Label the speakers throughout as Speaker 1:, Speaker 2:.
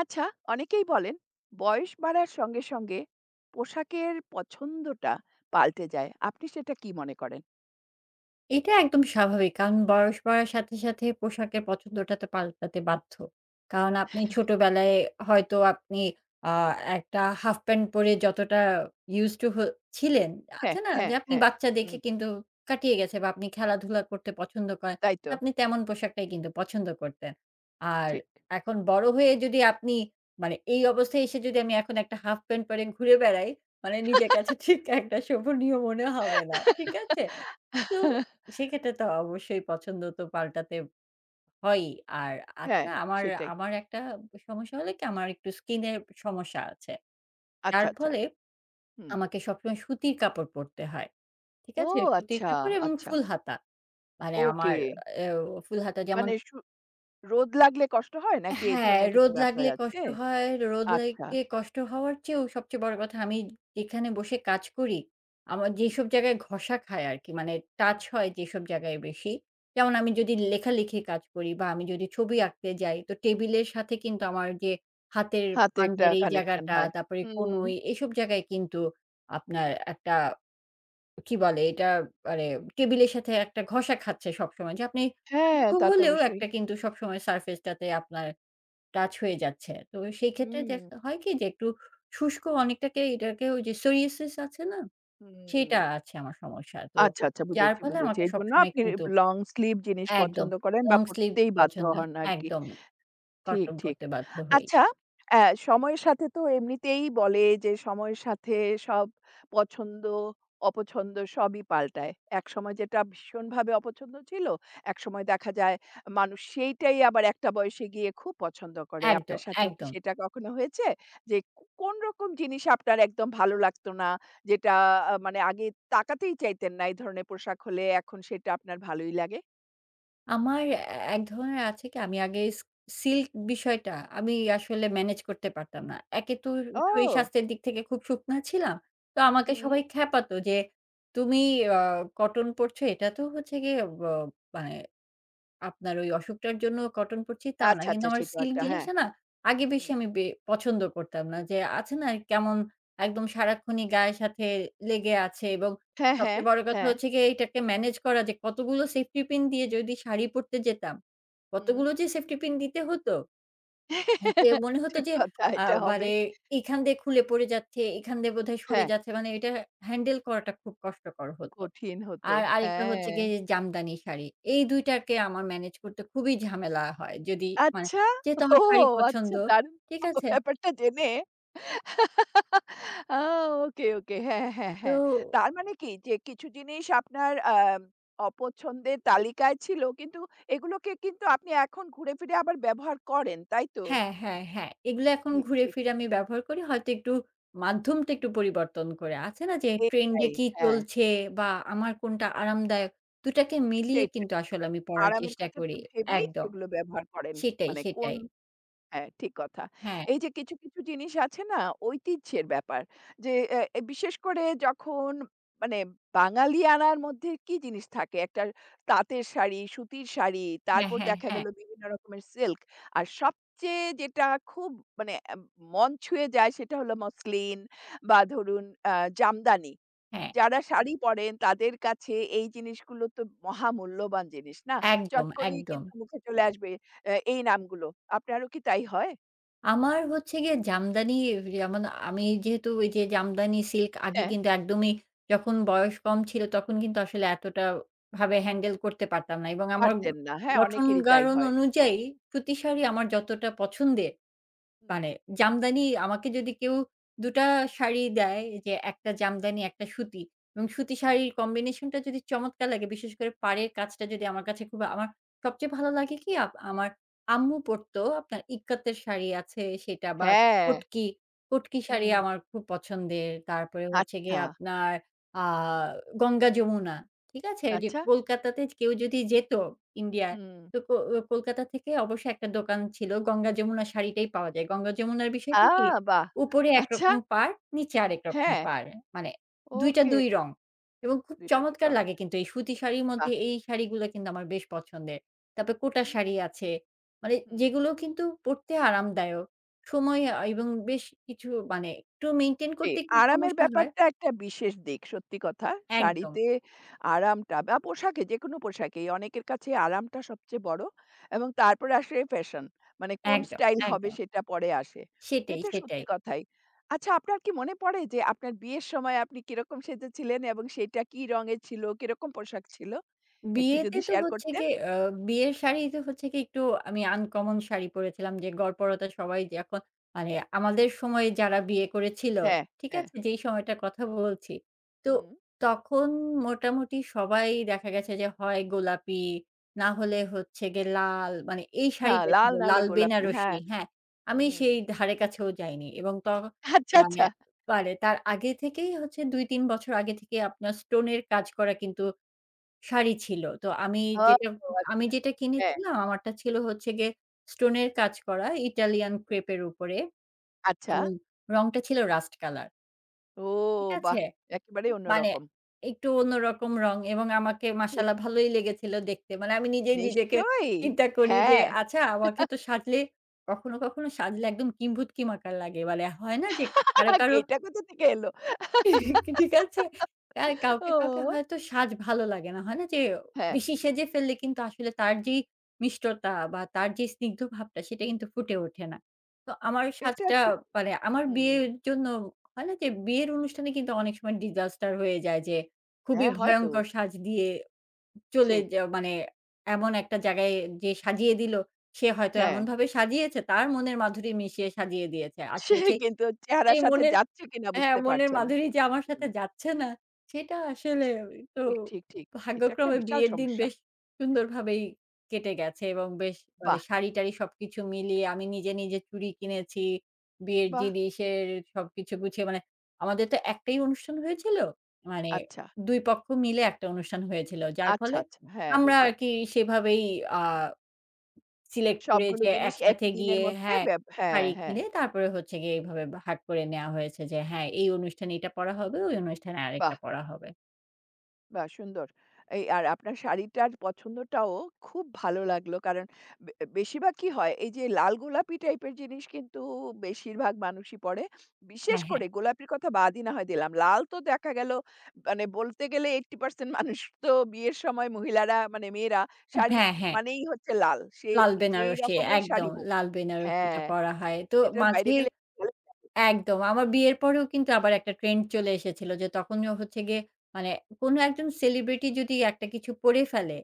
Speaker 1: আচ্ছা অনেকেই বলেন বয়স বাড়ার সঙ্গে সঙ্গে পোশাকের পছন্দটা পাল্টে যায়। আপনি সেটা কি মনে করেন?
Speaker 2: এটা একদম স্বাভাবিক। কারণ বয়স বাড়ার সাথে, সাথে পোশাকের পছন্দটা তো পাল্টাতে বাধ্য। কারণ আপনি ছোটবেলায় হয়তো আপনি আ একটা হাফ প্যান্ট পরে যতটা used to হ ছিলেন,
Speaker 1: হ্যাঁ,
Speaker 2: আছে না? যে
Speaker 1: হ্যাঁ,
Speaker 2: আপনি
Speaker 1: হ্যাঁ।
Speaker 2: বাচ্চা দেখে
Speaker 1: হুম,
Speaker 2: কিন্তু কাটিয়ে গেছে বা আপনি খেলাধুলা করতে পছন্দ করেন।
Speaker 1: তাই তো।
Speaker 2: আপনি তেমন পোশাকটাই কিন্তু পছন্দ করতেন। আর
Speaker 1: ঠিক।
Speaker 2: এখন বড় হয়ে যদি আপনি মানে এই অবস্থায় এসে যদি আমি এখন একটা হাফ প্যান্ট পরে ঘুরে বেড়াই, মানে নিজের কাছে ঠিক একটা শোভনীয় মনে হবে না। ঠিক আছে? তো সেক্ষেত্রে তো অবশ্যই পছন্দ তো পাল্টাতে হয়ই। আর আজ
Speaker 1: হ্যাঁ,
Speaker 2: না আমার,
Speaker 1: সেটাই।
Speaker 2: আমার একটা সমস্যা হলো কি আমার একটু স্কিনের সমস্যা আছে।
Speaker 1: আচ্ছা,
Speaker 2: যার
Speaker 1: আচ্ছা।
Speaker 2: ফলে
Speaker 1: হুম।
Speaker 2: আমাকে সবসময় সুতির কাপড় পরতে হয়। ঠিক
Speaker 1: ও
Speaker 2: আছে? সুতির
Speaker 1: আচ্ছা,
Speaker 2: কাপড় এবং
Speaker 1: আচ্ছা।
Speaker 2: ফুল হাতা। মানে
Speaker 1: ওকে।
Speaker 2: আমার এও ফুল হাতা যেমন
Speaker 1: মানে রোদ লাগলে কষ্ট হয় নাকি এই
Speaker 2: হ্যাঁ,
Speaker 1: ধরনের কিছু
Speaker 2: রোদ
Speaker 1: ব্যাপার
Speaker 2: লাগলে
Speaker 1: আছে?
Speaker 2: কষ্ট হয়। রোদ
Speaker 1: আচ্ছা।
Speaker 2: লেগে কষ্ট হওয়ার চেয়েও সবচেয়ে বড় কথা আমি যেখানে বসে কাজ করি, আমার
Speaker 1: হুম,
Speaker 2: যেসব জায়গায় ঘষা খায় আরকি মানে টাচ
Speaker 1: হুম,
Speaker 2: হয় যেসব জায়গায় বেশি। যেমন আমি
Speaker 1: হুম।
Speaker 2: যদি লেখালেখির কাজ করি বা আমি যদি ছবি আঁকতে যাই তো টেবিলের সাথে কিন্তু আমার যে হাতের
Speaker 1: হাতে একটা
Speaker 2: পাঞ্জার এই
Speaker 1: কানেকশন
Speaker 2: জায়গাটা,
Speaker 1: হয়।
Speaker 2: তারপরে
Speaker 1: হুম।
Speaker 2: কনুই এসব জায়গায় কিন্তু আপনার একটা কি বলে এটা মানে টেবিলের সাথে একটা ঘষা খাচ্ছে সবসময়। যে আপনি
Speaker 1: হ্যাঁ,
Speaker 2: সূক্ষ্ম
Speaker 1: তা তো
Speaker 2: হলেও
Speaker 1: অবশ্যই।
Speaker 2: একটা কিন্তু সবসময় সারফেস টাতে আপনার টাচ হয়ে যাচ্ছে। তো সেই ক্ষেত্রে
Speaker 1: হুম,
Speaker 2: দেখা হয় কি যে একটু শুষ্ক অনেকটাকে এটাকে ওই যে সোরিয়াসিস আছে না?
Speaker 1: হুম।
Speaker 2: সেটা আছে আমার সমস্যা। তো
Speaker 1: আচ্ছা, আচ্ছা
Speaker 2: যার
Speaker 1: বুঝেছি,
Speaker 2: ফলে
Speaker 1: বুঝেছি।
Speaker 2: আমাকে
Speaker 1: এজন্য
Speaker 2: সবসময়
Speaker 1: আপনি
Speaker 2: কিন্তু
Speaker 1: লং স্লিভ জিনিস
Speaker 2: একদম
Speaker 1: পছন্দ করেন বা
Speaker 2: লং স্লিভ
Speaker 1: পড়তেই বাধ্য
Speaker 2: পছন্দ
Speaker 1: হন আরকি।
Speaker 2: একদম
Speaker 1: ঠিক,
Speaker 2: কটন
Speaker 1: ঠিক।
Speaker 2: পড়তে বাধ্য হই।
Speaker 1: আচ্ছা, অ্যা সময়ের সাথে তো এমনিতেই বলে যে সময়ের সাথে সব পছন্দ, অপছন্দ সবই পাল্টায়। একসময় যেটা ভীষণভাবে অপছন্দ ছিল, একসময় দেখা যায় মানুষ সেইটাই আবার একটা বয়সে গিয়ে খুব পছন্দ করে।
Speaker 2: একদম,
Speaker 1: আপনার সাথেও কি
Speaker 2: একদম।
Speaker 1: সেটা কখনো হয়েছে? যে কোন রকম জিনিস আপনার একদম ভালো লাগতো না, যেটা মানে আগে তাকাতেই চাইতেন না এই ধরনের পোশাক হলে এখন সেটা আপনার ভালোই লাগে?
Speaker 2: আমার এক ধরনের আছে কি আমি আগে সিল্ক বিষয়টা আমি আসলে ম্যানেজ করতে পারতাম না। একে তো
Speaker 1: ও!
Speaker 2: শরীর
Speaker 1: হুম।
Speaker 2: স্বাস্থ্যের দিক থেকে খুব শুকনা ছিলাম। তো আমাকে
Speaker 1: হুম।
Speaker 2: সবাই খ্যাপাতো যে, "তুমি আ কটন পড়ছো এটা তো হচ্ছে গিয়ে মানে আপনার ওই অসুখটার জন্য কটন পড়ছি তা না।
Speaker 1: আচ্ছা,
Speaker 2: কিন্তু
Speaker 1: আচ্ছা
Speaker 2: আমার
Speaker 1: সেটাও
Speaker 2: সিল্ক
Speaker 1: একটা হ্যাঁ।
Speaker 2: জিনিসটা না আগে বেশি
Speaker 1: হুম।
Speaker 2: আমি পছন্দ করতাম না। যে আছে না কেমন একদম সারাক্ষণই গায়ের সাথে লেগে আছে এবং
Speaker 1: হ্যাঁ, হ্যাঁ,
Speaker 2: সবচেয়ে বড় কথা
Speaker 1: হ্যাঁ।
Speaker 2: হচ্ছে গিয়ে এটাকে ম্যানেজ করা যে কতগুলো সেফটি পিন দিয়ে যদি শাড়ি পরতে যেতাম,
Speaker 1: হুম।
Speaker 2: কতগুলো যে সেফটি পিন দিতে হতো। হ্যাঁ, যে মনে হতো
Speaker 1: ঠিক
Speaker 2: যে
Speaker 1: কথা
Speaker 2: আ
Speaker 1: এটা
Speaker 2: মানে
Speaker 1: হবে।
Speaker 2: এখান দিয়ে খুলে পড়ে যাচ্ছে, এখান দিয়ে বোধহয় সরে
Speaker 1: হ্যাঁ,
Speaker 2: যাচ্ছে। মানে এটা হ্যান্ডেল করাটা খুব কষ্টকর হতো।
Speaker 1: কঠিন হতো।
Speaker 2: আর আরেকটা হচ্ছে
Speaker 1: হ্যাঁ।
Speaker 2: গিয়ে জামদানি শাড়ি। এই ২ টাকে আমার ম্যানেজ করতে খুবই ঝামেলা হয়। যদি মানে
Speaker 1: আচ্ছা।
Speaker 2: যেহেতু
Speaker 1: ও
Speaker 2: আমার শাড়ি পছন্দ,
Speaker 1: আচ্ছা দারুণ
Speaker 2: ঠিক
Speaker 1: তো
Speaker 2: আছে?
Speaker 1: ব্যাপারটা জেনে আ ওকে, ওকে। হ্যাঁ, হ্যাঁ,
Speaker 2: তো
Speaker 1: হ্যাঁ। তার মানে কি যে কিছু জিনিস আপনার অপছন্দের তালিকায় ছিল কিন্তু এগুলোকে কিন্তু আপনি এখন ঘুরে ফিরে আবার ব্যবহার করেন, তাই তো?
Speaker 2: হ্যাঁ, হ্যাঁ, হ্যাঁ। এগুলো এখন
Speaker 1: ঠিক,
Speaker 2: ঘুরে
Speaker 1: ঠিক।
Speaker 2: ফিরে আমি ব্যবহার করি। হয়তো একটু মাধ্যমটা একটু পরিবর্তন করে। আছে না যে ট্রেন্ডে
Speaker 1: এটাই।
Speaker 2: কি
Speaker 1: হ্যাঁ,
Speaker 2: চলছে বা আমার কোনটা আরামদায়ক, ২ টাকে মিলিয়ে
Speaker 1: সেটাই।
Speaker 2: কিন্তু আসলে আমি পড়ার
Speaker 1: আরামের
Speaker 2: চেষ্টা
Speaker 1: কথাটা
Speaker 2: করি।
Speaker 1: ভেবেই
Speaker 2: একদম।
Speaker 1: সেগুলো ব্যবহার করেন।
Speaker 2: সেটাই,
Speaker 1: মানে কোন
Speaker 2: সেটাই।
Speaker 1: হ্যাঁ, ঠিক কথা।
Speaker 2: হ্যাঁ,
Speaker 1: এই যে কিছু, কিছু জিনিস আছে না ঐতিহ্যের ব্যাপার। যে এ এ বিশেষ করে যখন মানে বাঙালিয়ানার মধ্যে কি জিনিস থাকে? একটা তাঁতের শাড়ি, সুতির শাড়ি,
Speaker 2: হ্যাঁ,
Speaker 1: তারপর
Speaker 2: হ্যাঁ,
Speaker 1: দেখা
Speaker 2: হ্যাঁ,
Speaker 1: গেল বিভিন্ন রকমের সিল্ক। আর সবচেয়ে যেটা খুব মানে মন ছুঁয়ে যায় সেটা হলো মসলিন বা ধরুন আ জামদানি।
Speaker 2: হ্যাঁ।
Speaker 1: যারা শাড়ি পরেন তাদের কাছে এই জিনিসগুলো তো মহামূল্যবান জিনিস না? চট
Speaker 2: একদম,
Speaker 1: করেই
Speaker 2: একদম।
Speaker 1: কিন্তু মুখে চলে আসবে এই নামগুলো। আপনারও কি তাই হয়?
Speaker 2: আমার হচ্ছে গিয়ে জামদানি যেমন আমি যেহেতু ওই যে জামদানি সিল্ক আগে
Speaker 1: হ্যাঁ।
Speaker 2: কিন্তু একদমই যখন বয়স কম ছিল তখন কিন্তু আসলে এতটা ভাবে হ্যান্ডেল করতে পারতাম না এবং আমার
Speaker 1: পারতেন না। হ্যাঁ,
Speaker 2: গঠন
Speaker 1: অনেকেরই তাই
Speaker 2: গাড়ন
Speaker 1: হয়।
Speaker 2: অনুযায়ী সুতি শাড়ি
Speaker 1: হুম,
Speaker 2: আমার যতটা পছন্দের
Speaker 1: হুম, হুম।
Speaker 2: মানে জামদানি আমাকে যদি কেউ ২ টা শাড়ি দেয় যে একটা জামদানি, একটা সুতি এবং সুতি শাড়ির কম্বিনেশনটা যদি চমৎকার লাগে, বিশেষ করে পাড়ের কাজটা যদি আমার কাছে খুব আমার সবচেয়ে ভালো লাগে কি আমার আম্মু পরতো আপনার ইক্কাতের শাড়ি আছে সেটা বা
Speaker 1: হ্যাঁ,
Speaker 2: কটকি, কটকি শাড়ি
Speaker 1: হুম।
Speaker 2: আমার খুব পছন্দের। তারপরে হচ্ছে গিয়ে
Speaker 1: আচ্ছা,
Speaker 2: আপনার আ গঙ্গা যমুনা, ঠিক আছে? যে
Speaker 1: আচ্ছা।
Speaker 2: কলকাতাতে কেউ যদি যেত ইন্ডিয়া
Speaker 1: হুম।
Speaker 2: তো কো ও কলকাতা থেকে অবশ্য একটা দোকান ছিল। গঙ্গা যমুনা শাড়িটাই পাওয়া যায়। গঙ্গা যমুনার বিষয়টা
Speaker 1: আ
Speaker 2: কি?
Speaker 1: বাহ!
Speaker 2: উপরে
Speaker 1: আচ্ছা,
Speaker 2: একরকম পাড়, নিচে আরেক রকম
Speaker 1: হ্যাঁ।
Speaker 2: পাড়। মানে ২ টা
Speaker 1: ওকে।
Speaker 2: ২ রং এবং খুব
Speaker 1: ২ টা ২
Speaker 2: চমৎকার লাগে
Speaker 1: রঙের।
Speaker 2: কিন্তু এই সুতি শাড়ির মধ্যে
Speaker 1: বাহ!
Speaker 2: এই শাড়িগুলা কিন্তু আমার বেশ পছন্দের। তারপরে কোটা
Speaker 1: হুম,
Speaker 2: শাড়ি আছে। মানে
Speaker 1: হুম।
Speaker 2: যেগুলো কিন্তু পড়তে আরামদায়ক। সময় এবং বেশ কিছু মানে একটু মেইনটেইন
Speaker 1: জি,
Speaker 2: করতে একটু
Speaker 1: আরামের
Speaker 2: সমস্যা হয়।
Speaker 1: ব্যাপারটা একটা বিশেষ দিক। সত্যি কথা।
Speaker 2: একদম,
Speaker 1: শাড়িতে আরামটা বা পোশাকে, যেকোনো পোশাকেই অনেকের কাছে আরামটা সবচেয়ে বড় এবং তারপরে আসে ফ্যাশন। মানে কোন
Speaker 2: একদম,
Speaker 1: স্টাইল হুম। হবে
Speaker 2: একদম।
Speaker 1: সেটা পরে আসে।
Speaker 2: সেটাই,
Speaker 1: এটা
Speaker 2: সেটাই।
Speaker 1: সত্যি কথাই। আচ্ছা আপনার কি মনে পড়ে যে আপনার বিয়ের সময় আপনি কিরকম সেজেছিলেন এবং সেটা কি রঙের ছিল, কিরকম পোশাক ছিল? একটু
Speaker 2: বিয়েতে
Speaker 1: যদি
Speaker 2: তো
Speaker 1: শেয়ার
Speaker 2: হচ্ছে
Speaker 1: করতেন?
Speaker 2: গিয়ে বিয়ের শাড়িতে হচ্ছে গিয়ে একটু আমি আনকমন শাড়ি পরেছিলাম যে গড়পড়তা সবাই যখন মানে আমাদের সময়ে যারা বিয়ে করেছিল,
Speaker 1: হ্যাঁ,
Speaker 2: ঠিক
Speaker 1: হ্যাঁ।
Speaker 2: আছে? যেই সময়টার কথা বলছি। তো
Speaker 1: হুম।
Speaker 2: তখন মোটামুটি সবাই দেখা গেছে যে হয় গোলাপি, না হলে হচ্ছে গিয়ে লাল মানে এই
Speaker 1: হ্যাঁ,
Speaker 2: শাড়িটা
Speaker 1: লাল
Speaker 2: ছিল
Speaker 1: নাহলে
Speaker 2: লাল
Speaker 1: গোলাপি।
Speaker 2: বেনারসি,
Speaker 1: হ্যাঁ।
Speaker 2: হ্যাঁ? আমি
Speaker 1: হুম।
Speaker 2: সেই ধারে কাছেও যাইনি এবং
Speaker 1: আচ্ছা,
Speaker 2: মানে
Speaker 1: আচ্ছা।
Speaker 2: মানে তার আগে থেকেই হচ্ছে ২-৩ বছর আগে থেকে আপনার স্টোনের কাজ করা কিন্তু শাড়ি ছিল। তো আমি
Speaker 1: ও
Speaker 2: যেটা আমি
Speaker 1: আচ্ছা।
Speaker 2: যেটা
Speaker 1: হ্যাঁ।
Speaker 2: কিনেছিলাম আমারটা ছিল হচ্ছে গিয়ে স্টোনের কাজ করা ইটালিয়ান
Speaker 1: হুম।
Speaker 2: ক্রেপ এর উপরে
Speaker 1: আচ্ছা।
Speaker 2: এবং রংটা ছিল রাস্ট কালার।
Speaker 1: ও
Speaker 2: ঠিক আছে?
Speaker 1: বাহ! একেবারেই
Speaker 2: মানে
Speaker 1: অন্যরকম।
Speaker 2: একটু অন্যরকম রং এবং আমাকে
Speaker 1: ঠিক।
Speaker 2: মাশাআল্লাহ ভালোই লেগেছিল দেখতে। মানে আমি নিজেই নিজেকে
Speaker 1: নিশ্চয়ই।
Speaker 2: চিন্তা করি যে
Speaker 1: হ্যাঁ।
Speaker 2: আচ্ছা আমাকে তো সাজলে কখনো, কখনো সাজলে একদম কিম্ভূত কিমাকার লাগে। মানে হয় না যে কারো, কারো
Speaker 1: এটা কোথা থেকে এলো?
Speaker 2: ঠিক আছে? আর কাউকে, কাউকে
Speaker 1: ও
Speaker 2: হয়তো সাজ ভালো লাগে না। হয় না যে
Speaker 1: হ্যাঁ,
Speaker 2: বেশি সেজে ফেললে কিন্তু আসলে তার যেই মিষ্টতা বা তার যে স্নিগ্ধ ভাবটা সেটা কিন্তু ফুটে ওঠে না। তো আমার
Speaker 1: এটা
Speaker 2: সাজটা
Speaker 1: ঠিক।
Speaker 2: মানে আমার
Speaker 1: হুম।
Speaker 2: বিয়ের জন্য হয় না যে বিয়ের অনুষ্ঠানে কিন্তু অনেক সময় disaster হয়ে যায় যে খুবই
Speaker 1: হ্যাঁ, হয়তো।
Speaker 2: ভয়ঙ্কর সাজ দিয়ে চলে
Speaker 1: সেই।
Speaker 2: যা মানে এমন একটা জায়গায় যে সাজিয়ে দিল সে হয়তো
Speaker 1: হ্যাঁ।
Speaker 2: এমনভাবে সাজিয়েছে তার মনের মাধুরী মিশিয়ে সাজিয়ে দিয়েছে।
Speaker 1: সে
Speaker 2: আসলে সেই
Speaker 1: কিন্তু চেহারার
Speaker 2: সেই
Speaker 1: সাথে
Speaker 2: মনের
Speaker 1: যাচ্ছে কিনা
Speaker 2: হ্যাঁ,
Speaker 1: বুঝতে
Speaker 2: মনের
Speaker 1: পারছে না।
Speaker 2: মাধুরী যে আমার
Speaker 1: হুম।
Speaker 2: সাথে যাচ্ছে না, সেটা আসলে তো
Speaker 1: ঠিক, ঠিক, ঠিক। এটা একটা
Speaker 2: ভাগ্যক্রমে
Speaker 1: বিশাল
Speaker 2: বিয়ের দিন
Speaker 1: সমস্যা।
Speaker 2: বেশ সুন্দরভাবেই কেটে গেছে এবং বেশ মানে
Speaker 1: বাহ!
Speaker 2: শাড়ি-টাড়ি সবকিছু মিলিয়ে আমি নিজে, নিজে চুড়ি কিনেছি, বিয়ের
Speaker 1: বাহ!
Speaker 2: জিনিসের সবকিছু গুছিয়ে মানে আমাদের তো একটাই অনুষ্ঠান হয়েছিল। মানে
Speaker 1: আচ্ছা,
Speaker 2: ২ পক্ষ মিলে একটা অনুষ্ঠান হয়েছিল। যার
Speaker 1: আচ্ছা,
Speaker 2: ফলে
Speaker 1: আচ্ছা। হ্যাঁ,
Speaker 2: আমরা
Speaker 1: বুঝলাম।
Speaker 2: আরকি সেভাবেই আ সিলেক্ট করে
Speaker 1: সবগুলো
Speaker 2: যে
Speaker 1: জিনিস
Speaker 2: একসাথে
Speaker 1: একই দিনের
Speaker 2: গিয়ে
Speaker 1: মধ্যে
Speaker 2: হ্যাঁ,
Speaker 1: হ্যাঁ,
Speaker 2: শাড়ি
Speaker 1: হ্যাঁ।
Speaker 2: কিনে তারপরে হচ্ছে গিয়ে এইভাবে বা ভাগ করে নেয়া হয়েছে যে হ্যাঁ, এই অনুষ্ঠানে এটা পড়া হবে, ওই অনুষ্ঠানে আরেকটা
Speaker 1: বাহ!
Speaker 2: পড়া হবে।
Speaker 1: বাহ! সুন্দর। এই আর আপনার শাড়িটার পছন্দটাও খুব ভালো লাগলো। কারণ বে বেশিরভাগ কি হয়? এই যে লাল গোলাপি টাইপের জিনিস কিন্তু বেশিরভাগ মানুষই পড়ে। বিশেষ
Speaker 2: হ্যাঁ, হ্যাঁ।
Speaker 1: করে গোলাপির কথা বাদই না হয় দিলাম। লাল তো দেখা গেল মানে বলতে গেলে 80% মানুষ তো বিয়ের সময় মহিলারা মানে মেয়েরা শাড়ি
Speaker 2: হ্যাঁ, হ্যাঁ।
Speaker 1: মানেই হচ্ছে লাল। সে
Speaker 2: লাল
Speaker 1: যেই
Speaker 2: বেনারসি
Speaker 1: রকমের শাড়ি
Speaker 2: একদম।
Speaker 1: হোক।
Speaker 2: লাল বেনারসিটা
Speaker 1: হ্যাঁ,
Speaker 2: পরা হয়। তো
Speaker 1: এটার বাইরে
Speaker 2: মাঝে
Speaker 1: গেলে
Speaker 2: একদম। আমার বিয়ের পরেও কিন্তু আবার একটা ট্রেন্ড চলে এসেছিল যে তখনও হচ্ছে গিয়ে মানে কোনো একজন সেলিব্রিটি যদি একটা কিছু পরে ফেলে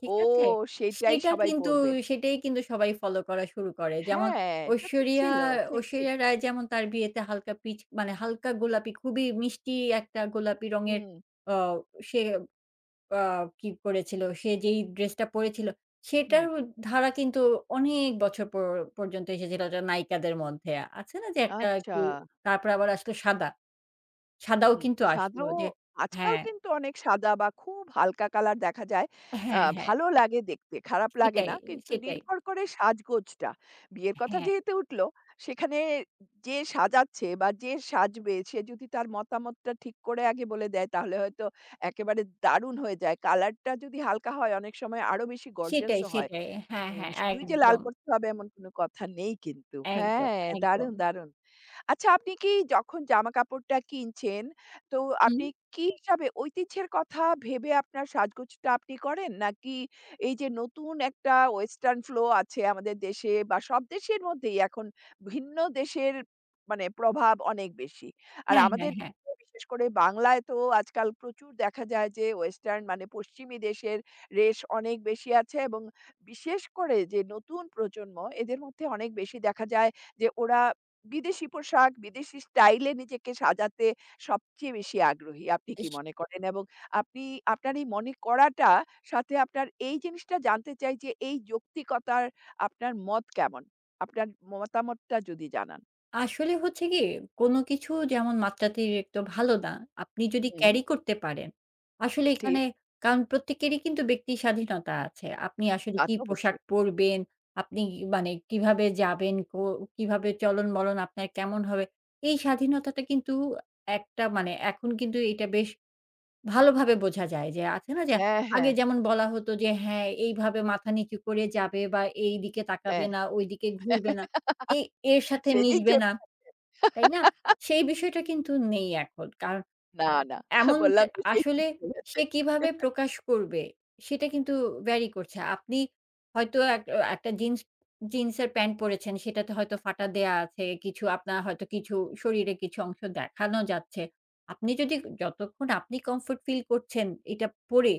Speaker 2: ঠিক
Speaker 1: ও
Speaker 2: আছে?
Speaker 1: সেইটাই
Speaker 2: সেটা
Speaker 1: সবাই
Speaker 2: কিন্তু
Speaker 1: পড়বে।
Speaker 2: সেটাই কিন্তু সবাই ফলো করা শুরু করে। যেমন
Speaker 1: হ্যাঁ, এটা তো
Speaker 2: ঐশ্বরিয়া,
Speaker 1: ছিল। ঠিক, ঠিক।
Speaker 2: ঐশ্বরিয়া রায় যেমন তার বিয়েতে হালকা পিচ মানে হালকা গোলাপি খুবই মিষ্টি একটা গোলাপি রঙের
Speaker 1: হুম,
Speaker 2: অ সে আ কি করেছিল, সে যেই ড্রেসটা পরেছিল সেটার
Speaker 1: হুম।
Speaker 2: ধারা কিন্তু অনেক বছর পর্যন্ত এসেছিল এটা নায়িকাদের মধ্যে। আছে না যে একটা
Speaker 1: আচ্ছা।
Speaker 2: একটু তারপরে আবার আসলো সাদা। সাদাও
Speaker 1: হুম,
Speaker 2: কিন্তু আসলো
Speaker 1: সাদাও
Speaker 2: যে
Speaker 1: আজকাল
Speaker 2: হ্যাঁ,
Speaker 1: কিন্তু অনেক সাদা বা খুব হালকা কালার দেখা যায়। আ
Speaker 2: হ্যাঁ, হ্যাঁ
Speaker 1: ভালো লাগে দেখতে, খারাপ লাগে
Speaker 2: সেটাই,
Speaker 1: না। কিন্তু
Speaker 2: সেটাই।
Speaker 1: নির্ভর করে সাজগোজটা। বিয়ের কথা
Speaker 2: হ্যাঁ।
Speaker 1: যেহেতু উঠল, সেখানে যে সাজাচ্ছে বা যে সাজবে সে যদি তার মতামতটা ঠিক করে আগে বলে দেয়, তাহলে হয়তো একেবারে দারুণ হয়ে যায়। কালারটা যদি হালকা হয়, অনেক সময় আরো বেশি
Speaker 2: সেটাই,
Speaker 1: গর্জাসও হয়।
Speaker 2: সেটাই। হ্যাঁ,
Speaker 1: হুম,
Speaker 2: হ্যাঁ,
Speaker 1: শুধুই যে লাল
Speaker 2: একদম,
Speaker 1: পড়তে হবে এমন কোনো কথা নেই কিন্তু।
Speaker 2: একদম,
Speaker 1: হ্যাঁ,
Speaker 2: একদম।
Speaker 1: দারুণ, দারুণ। আচ্ছা আপনি কি যখন জামাকাপড়টা কিনছেন, তো
Speaker 2: হুম।
Speaker 1: আপনি কি হিসাবে ঐতিহ্যের কথা ভেবে আপনার সাজগোজটা আপনি করেন? নাকি এই যে নতুন একটা ওয়েস্টার্ন ফ্লো আছে আমাদের দেশে বা সব দেশের মধ্যেই এখন ভিন্ন দেশের মানে প্রভাব অনেক বেশি। আর
Speaker 2: হ্যাঁ, হ্যাঁ,
Speaker 1: আমাদের
Speaker 2: হ্যাঁ।
Speaker 1: দেশে বিশেষ করে বাংলায় তো আজকাল প্রচুর দেখা যায় যে ওয়েস্টার্ন মানে পশ্চিমী দেশের রেশ অনেক বেশি আছে এবং বিশেষ করে যে নতুন প্রজন্ম এদের মধ্যে অনেক বেশি দেখা যায় যে ওরা বিদেশি পোশাক, বিদেশি স্টাইলে নিজেকে সাজাতে সবচেয়ে বেশি আগ্রহী। আপনি কি
Speaker 2: ইস
Speaker 1: মনে করেন? এবং আপনি আপনার এই মনে করাটা সাথে আপনার এই জিনিসটা জানতে চাই যে এই যৌক্তিকতার আপনার মত কেমন? আপনার মতামতটা যদি জানান।
Speaker 2: আসলে হচ্ছে কি কোন কিছু যেমন মাত্রাতিরিক্ত ভালো না। আপনি যদি
Speaker 1: হুম,
Speaker 2: ক্যারি করতে পারেন, আসলে এখানে
Speaker 1: ঠিক।
Speaker 2: কারণ প্রত্যেকেরই কিন্তু ব্যক্তি স্বাধীনতা আছে। আপনি আসলে
Speaker 1: তা
Speaker 2: কি
Speaker 1: তো
Speaker 2: পোশাক
Speaker 1: অবশ্যই।
Speaker 2: পরবেন, আপনি মানে কিভাবে যাবেন, কিভাবে চলন-বলন আপনার কেমন হবে। এই স্বাধীনতাটা কিন্তু একটা মানে এখন কিন্তু এটা বেশ ভালোভাবে বোঝা যায় যে আছে না যে
Speaker 1: হ্যাঁ,
Speaker 2: আগে
Speaker 1: হ্যাঁ,
Speaker 2: যেমন বলা হতো যে হ্যাঁ এইভাবে মাথা নিচু করে যাবে বা এইদিকে তাকাবে
Speaker 1: হ্যাঁ।
Speaker 2: না, ওইদিকে ঘুরবে না, এই এর সাথে
Speaker 1: সেদিন জ
Speaker 2: মিশবে না, তাই না? সেই বিষয়টা কিন্তু নেই এখন। কারণ
Speaker 1: না, না।
Speaker 2: এমন তে
Speaker 1: বললাম তো সেই
Speaker 2: আসলে
Speaker 1: আছে।
Speaker 2: সে কিভাবে প্রকাশ করবে সেটা
Speaker 1: হুম।
Speaker 2: কিন্তু ভ্যারি করছে। আপনি হয়তো একটা জিন্সের প্যান্ট পরেছেন, সেটাতে হয়তো ফাটা দেয়া আছে, কিছু আপনার হয়তো কিছু শরীরে কিছু অংশ দেখানো যাচ্ছে। আপনি যদি যতক্ষণ আপনি কমফোর্ট ফিল করছেন এটা পরে,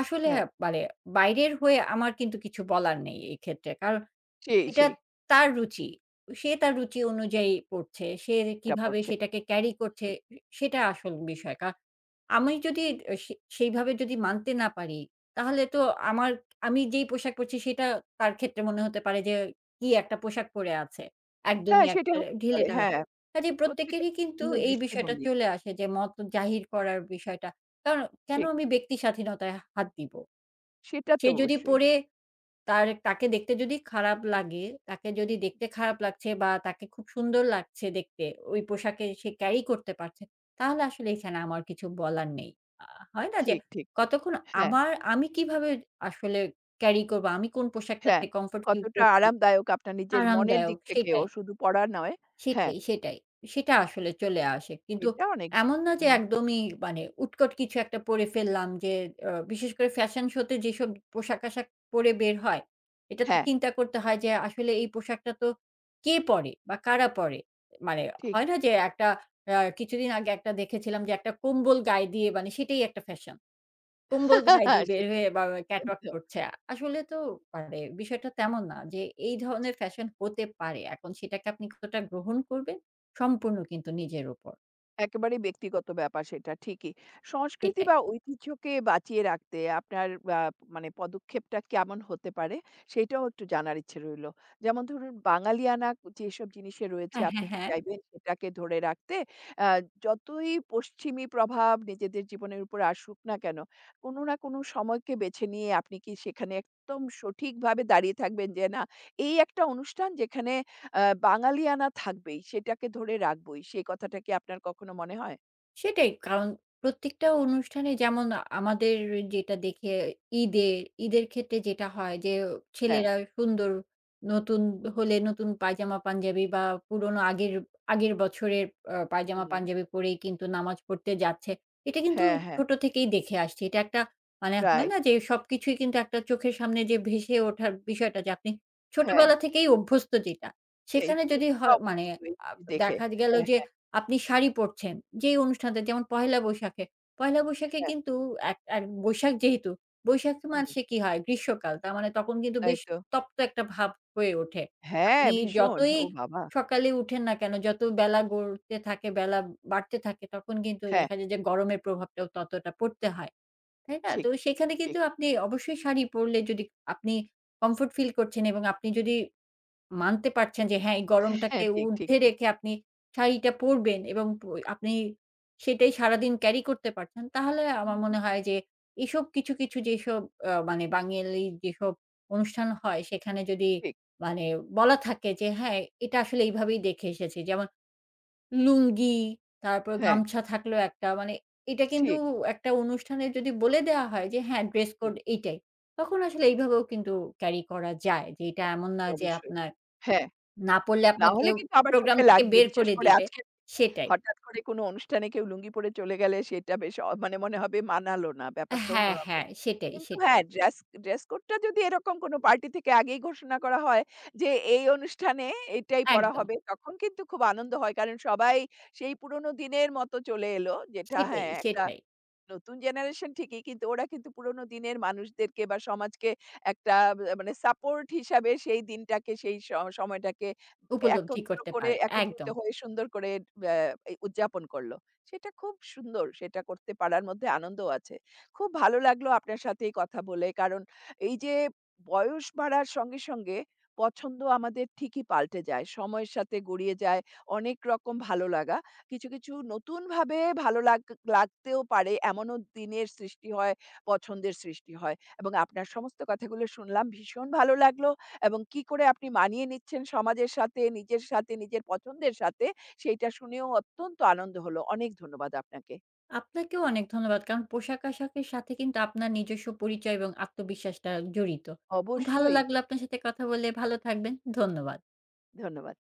Speaker 2: আসলে
Speaker 1: হ্যাঁ,
Speaker 2: মানে বাইরের হয়ে আমার কিন্তু কিছু বলার নেই এক্ষেত্রে। কারণ
Speaker 1: সেই,
Speaker 2: এটা
Speaker 1: সেই।
Speaker 2: তার রুচি। সে তার রুচি অনুযায়ী পড়ছে। সে
Speaker 1: টা
Speaker 2: কিভাবে
Speaker 1: পড়ছে।
Speaker 2: সেটাকে ক্যারি করছে
Speaker 1: হুম,
Speaker 2: সেটা আসল বিষয়। আমি যদি এ সে সেইভাবে যদি মানতে না পারি, তাহলে তো
Speaker 1: হুম।
Speaker 2: আমার আমি যেই পোশাক পরছি সেটা তার ক্ষেত্রে মনে হতে পারে যে কি একটা পোশাক পরে আছে।
Speaker 1: হ্যাঁ,
Speaker 2: একদমই
Speaker 1: সেটা
Speaker 2: একটা
Speaker 1: হতে পারে।
Speaker 2: ঢিলেঢালা।
Speaker 1: হ্যাঁ,
Speaker 2: কাজেই
Speaker 1: প্রত্যেকের
Speaker 2: প্রত্যেকেরই কিন্তু
Speaker 1: ভিন্ন
Speaker 2: এই বিষয়টা
Speaker 1: দৃষ্টিভঙ্গি।
Speaker 2: চলে আসে যে মত জাহির করার বিষয়টা। কারণ কেন
Speaker 1: ঠিক।
Speaker 2: আমি ব্যক্তি স্বাধীনতায় হাত দিব?
Speaker 1: সেটা
Speaker 2: সে
Speaker 1: তো
Speaker 2: যদি
Speaker 1: অবশ্যই।
Speaker 2: পড়ে তাকে দেখতে যদি খারাপ লাগে, তাকে যদি
Speaker 1: হুম, হুম।
Speaker 2: দেখতে খারাপ লাগছে বা তাকে খুব সুন্দর লাগছে দেখতে, ওই পোশাকে সে ক্যারি করতে পারছে, তাহলে আসলে এখানে আমার কিছু বলার নেই। আ হয় না যে
Speaker 1: ঠিক, ঠিক, ঠিক।
Speaker 2: কতক্ষণ
Speaker 1: হ্যাঁ,
Speaker 2: আমি কিভাবে আসলে ক্যারি করব, আমি কোন
Speaker 1: হ্যাঁ।
Speaker 2: পোশাকটাতে কমফোর্ট ফিল
Speaker 1: কতটা
Speaker 2: করছি,
Speaker 1: আরামদায়ক আপনার নিজের মনের
Speaker 2: আরামদায়ক
Speaker 1: দিক থেকেও
Speaker 2: সেটাই।
Speaker 1: শুধু পড়া নয়। হ্যাঁ,
Speaker 2: সেটাই, সেটাই। সেটা আসলে চলে আসে। কিন্তু
Speaker 1: এটা অনেক
Speaker 2: এমন না যে
Speaker 1: গুরুত্বপূর্ণ।
Speaker 2: একদমই মানে উৎকট কিছু একটা পরে ফেললাম যে বিশেষ করে ফ্যাশন শো তে যেসব পোশাক-আশাক পরে বের হয়, এটা তো
Speaker 1: হ্যাঁ,
Speaker 2: চিন্তা করতে হয় যে আসলে এই পোশাকটা তো কে পরে বা কারা পরে? মানে
Speaker 1: ঠিক।
Speaker 2: হয় না যে একটা কিছুদিন আগে একটা দেখেছিলাম যে একটা কম্বল গায়ে দিয়ে মানে সেটাই একটা ফ্যাশন। কম্বল দি গায়ে দিয়ে বের হয়ে বা
Speaker 1: সেটাই
Speaker 2: ক্যাটওয়াক
Speaker 1: তো।
Speaker 2: করছে। আসলে তো মানে বিষয়টা তেমন না যে এই ধরনের ফ্যাশন হতে পারে। এখন সেটাকে আপনি কতটা গ্রহণ করবেন সম্পূর্ণ কিন্তু নিজের উপর।
Speaker 1: একেবারেই ব্যক্তিগত ব্যাপার সেটা ঠিকই। সংস্কৃতি
Speaker 2: এটাই।
Speaker 1: বা ঐতিহ্যকে বাঁচিয়ে রাখতে আপনার আ মানে পদক্ষেপটা কেমন হতে পারে? সেটাও একটু জানার ইচ্ছে রইল। যেমন ধরুন বাঙালিয়ানা যেসব জিনিসে রয়েছে
Speaker 2: হ্যাঁ,
Speaker 1: আপনি
Speaker 2: হ্যাঁ,
Speaker 1: কি
Speaker 2: হ্যাঁ।
Speaker 1: চাইবেন সেটাকে ধরে রাখতে আ যতই পশ্চিমী প্রভাব নিজেদের জীবনের উপর আসুক না কেন, কোনো না কোনো সময়কে বেছে নিয়ে আপনি কি সেখানে একদম সঠিকভাবে দাঁড়িয়ে থাকবেন যে না এই একটা অনুষ্ঠান যেখানে আ বাঙালিয়ানা থাকবেই। সেটাকে ধরে রাখবই। সেই কথাটা কি আপনার কখনো মনে হয়?
Speaker 2: সেটাই। কারণ প্রত্যেকটা অনুষ্ঠানে যেমন আমাদের যেটা দেখে ঈদের, ঈদের ক্ষেত্রে যেটা হয় যে
Speaker 1: হ্যাঁ।
Speaker 2: ছেলেরা সুন্দর নতুন হলে নতুন পায়জামা পাঞ্জাবি বা পুরনো আগের, আগের বছরের পায়জামা
Speaker 1: হুম।
Speaker 2: পাঞ্জাবি পরেই কিন্তু নামাজ পড়তে যাচ্ছে। এটা কিন্তু
Speaker 1: হ্যাঁ, হ্যাঁ।
Speaker 2: ছোট থেকেই দেখে আসছি। এটা একটা মানে হয়
Speaker 1: রাইট।
Speaker 2: না যে সবকিছুই কিন্তু একটা চোখের সামনে যে ভেসে ওঠার বিষয়টা যে আপনি
Speaker 1: হ্যাঁ।
Speaker 2: ছোটবেলা থেকেই অভ্যস্ত যেটা।
Speaker 1: সেই
Speaker 2: সেখানে যদি
Speaker 1: চোখটা
Speaker 2: হয় মানে
Speaker 1: অভ্যস্ত এই
Speaker 2: আ
Speaker 1: জিনিস দেখে।
Speaker 2: দেখা গেল
Speaker 1: হ্যাঁ,
Speaker 2: যে
Speaker 1: হ্যাঁ,
Speaker 2: আপনি শাড়ি পরছেন। যেই অনুষ্ঠানটা যেমন পহেলা বৈশাখে। পহেলা বৈশাখে
Speaker 1: হ্যাঁ।
Speaker 2: কিন্তু এক এক বৈশাখ যেহেতু, বৈশাখ
Speaker 1: হুম।
Speaker 2: মাসে কি হয়? গ্রীষ্মকাল। তার মানে তখন কিন্তু
Speaker 1: তাই
Speaker 2: বেশ
Speaker 1: তো।
Speaker 2: তপ্ত একটা ভাব হয়ে ওঠে।
Speaker 1: হ্যাঁ,
Speaker 2: আপনি
Speaker 1: ভীষণ।
Speaker 2: যতই
Speaker 1: ও বাবা!
Speaker 2: সকালে উঠেন না কেন, যত বেলা গড়তে থাকে, বেলা বাড়তে থাকে তখন কিন্তু
Speaker 1: হ্যাঁ,
Speaker 2: দেখা যায় যে গরমের প্রভাবটাও ততটা পড়তে হয়। তাই না? তো
Speaker 1: ঠিক,
Speaker 2: সেখানে কিন্তু
Speaker 1: ঠিক।
Speaker 2: আপনি অবশ্যই শাড়ি পরলে যদি আপনি কমফোর্ট ফিল করছেন এবং আপনি যদি মানতে পারছেন যে হ্যাঁ, এই
Speaker 1: হ্যাঁ,
Speaker 2: গরমটাকে
Speaker 1: ঠিক, ঠিক,
Speaker 2: ঊর্ধ্বে
Speaker 1: ঠিক।
Speaker 2: রেখে আপনি শাড়িটা পরবেন এবং আপনি সেটাই সারাদিন ক্যারি করতে পারছেন। তাহলে
Speaker 1: হুম,
Speaker 2: আমার মনে
Speaker 1: হুম।
Speaker 2: হয় যে এসব কিছু, কিছু যেসব মানে বাঙালির যেসব অনুষ্ঠান হয় সেখানে যদি
Speaker 1: ঠিক।
Speaker 2: মানে বলা থাকে যে হ্যাঁ, এটা আসলে এইভাবেই দেখে এসেছি। যেমন লুঙ্গি, তারপর
Speaker 1: হ্যাঁ,
Speaker 2: গামছা থাকলো একটা মানে এটা কিন্তু
Speaker 1: ঠিক।
Speaker 2: একটা অনুষ্ঠানে যদি বলে দেওয়া হয় যে হ্যাঁ, ড্রেস
Speaker 1: হুম।
Speaker 2: কোড এইটাই। তখন আসলে এইভাবেও কিন্তু ক্যারি করা যায়। যে এটা এমন না
Speaker 1: অবশ্যই,
Speaker 2: যে
Speaker 1: অবশ্যই।
Speaker 2: আপনার
Speaker 1: হ্যাঁ।
Speaker 2: না পড়লে
Speaker 1: না
Speaker 2: আপনাকে
Speaker 1: হলে কিন্তু আবার
Speaker 2: প্রোগ্রাম
Speaker 1: চোখে
Speaker 2: থেকে
Speaker 1: লাগবে।
Speaker 2: বের
Speaker 1: বিশেষ
Speaker 2: করে
Speaker 1: করে
Speaker 2: দিবে।
Speaker 1: আজকের দিনে
Speaker 2: সেটাই।
Speaker 1: হঠাৎ করে কোনো অনুষ্ঠানে কেউ লুঙ্গি পরে চলে গেলে সেটা বেশ মানে মনে হবে মানালো না। ব্যাপারটা
Speaker 2: হ্যাঁ,
Speaker 1: অন্যরকম।
Speaker 2: হ্যাঁ। সেটাই,
Speaker 1: কিন্তু
Speaker 2: সেটাই।
Speaker 1: হ্যাঁ, ড্রেস ড্রেস কোডটা যদি এরকম কোনো পার্টি থেকে আগেই ঘোষণা করা হয় যে, এই অনুষ্ঠানে এটাই পড়া
Speaker 2: একদম।
Speaker 1: হবে, তখন কিন্তু খুব আনন্দ হয়। কারণ সবাই সেই পুরোনো দিনের মতো চলে এলো যেটা
Speaker 2: সেটাই,
Speaker 1: হ্যাঁ, একটা
Speaker 2: সেটাই।
Speaker 1: নতুন জেনারেশন ঠিকই কিন্তু ওরা কিন্তু পুরোনো দিনের মানুষদেরকে বা সমাজকে একটা মানে সাপোর্ট হিসাবে সেই দিনটাকে সেই স সময়টাকে
Speaker 2: উপলব্ধি
Speaker 1: একত্র
Speaker 2: করতে
Speaker 1: করে
Speaker 2: পারে।
Speaker 1: একত্রিত
Speaker 2: একদম।
Speaker 1: হয়ে সুন্দর করে ব্যা এই উদযাপন করল। সেটা খুব সুন্দর। সেটা করতে পারার মধ্যে আনন্দও আছে। খুব ভালো লাগলো আপনার সাথে এই কথা বলে। কারণ এই যে বয়স বাড়ার সঙ্গে, সঙ্গে পছন্দ আমাদের ঠিকই পাল্টে যায়। সময়ের সাথে গড়িয়ে যায় অনেক রকম ভালো লাগা। কিছু, কিছু নতুনভাবে ভালো লাগ লাগতেও পারে এমনও দিনের সৃষ্টি হয়, পছন্দের সৃষ্টি হয়। এবং আপনার সমস্ত কথাগুলো শুনলাম, ভীষণ ভালো লাগলো এবং কি করে আপনি মানিয়ে নিচ্ছেন সমাজের সাথে, নিজের সাথে, নিজের পছন্দের সাথে সেইটা শুনেও অত্যন্ত আনন্দ হলো। অনেক ধন্যবাদ আপনাকে।
Speaker 2: আপনাকেও অনেক ধন্যবাদ। কারণ পোশাক-আশাকের সাথে কিন্তু আপনার নিজস্ব পরিচয় এবং আত্মবিশ্বাসটা জড়িত। খুব ভালো
Speaker 1: অবশ্যই।
Speaker 2: লাগলো আপনার সাথে কথা বলে। ভালো থাকবেন। ধন্যবাদ।
Speaker 1: ধন্যবাদ।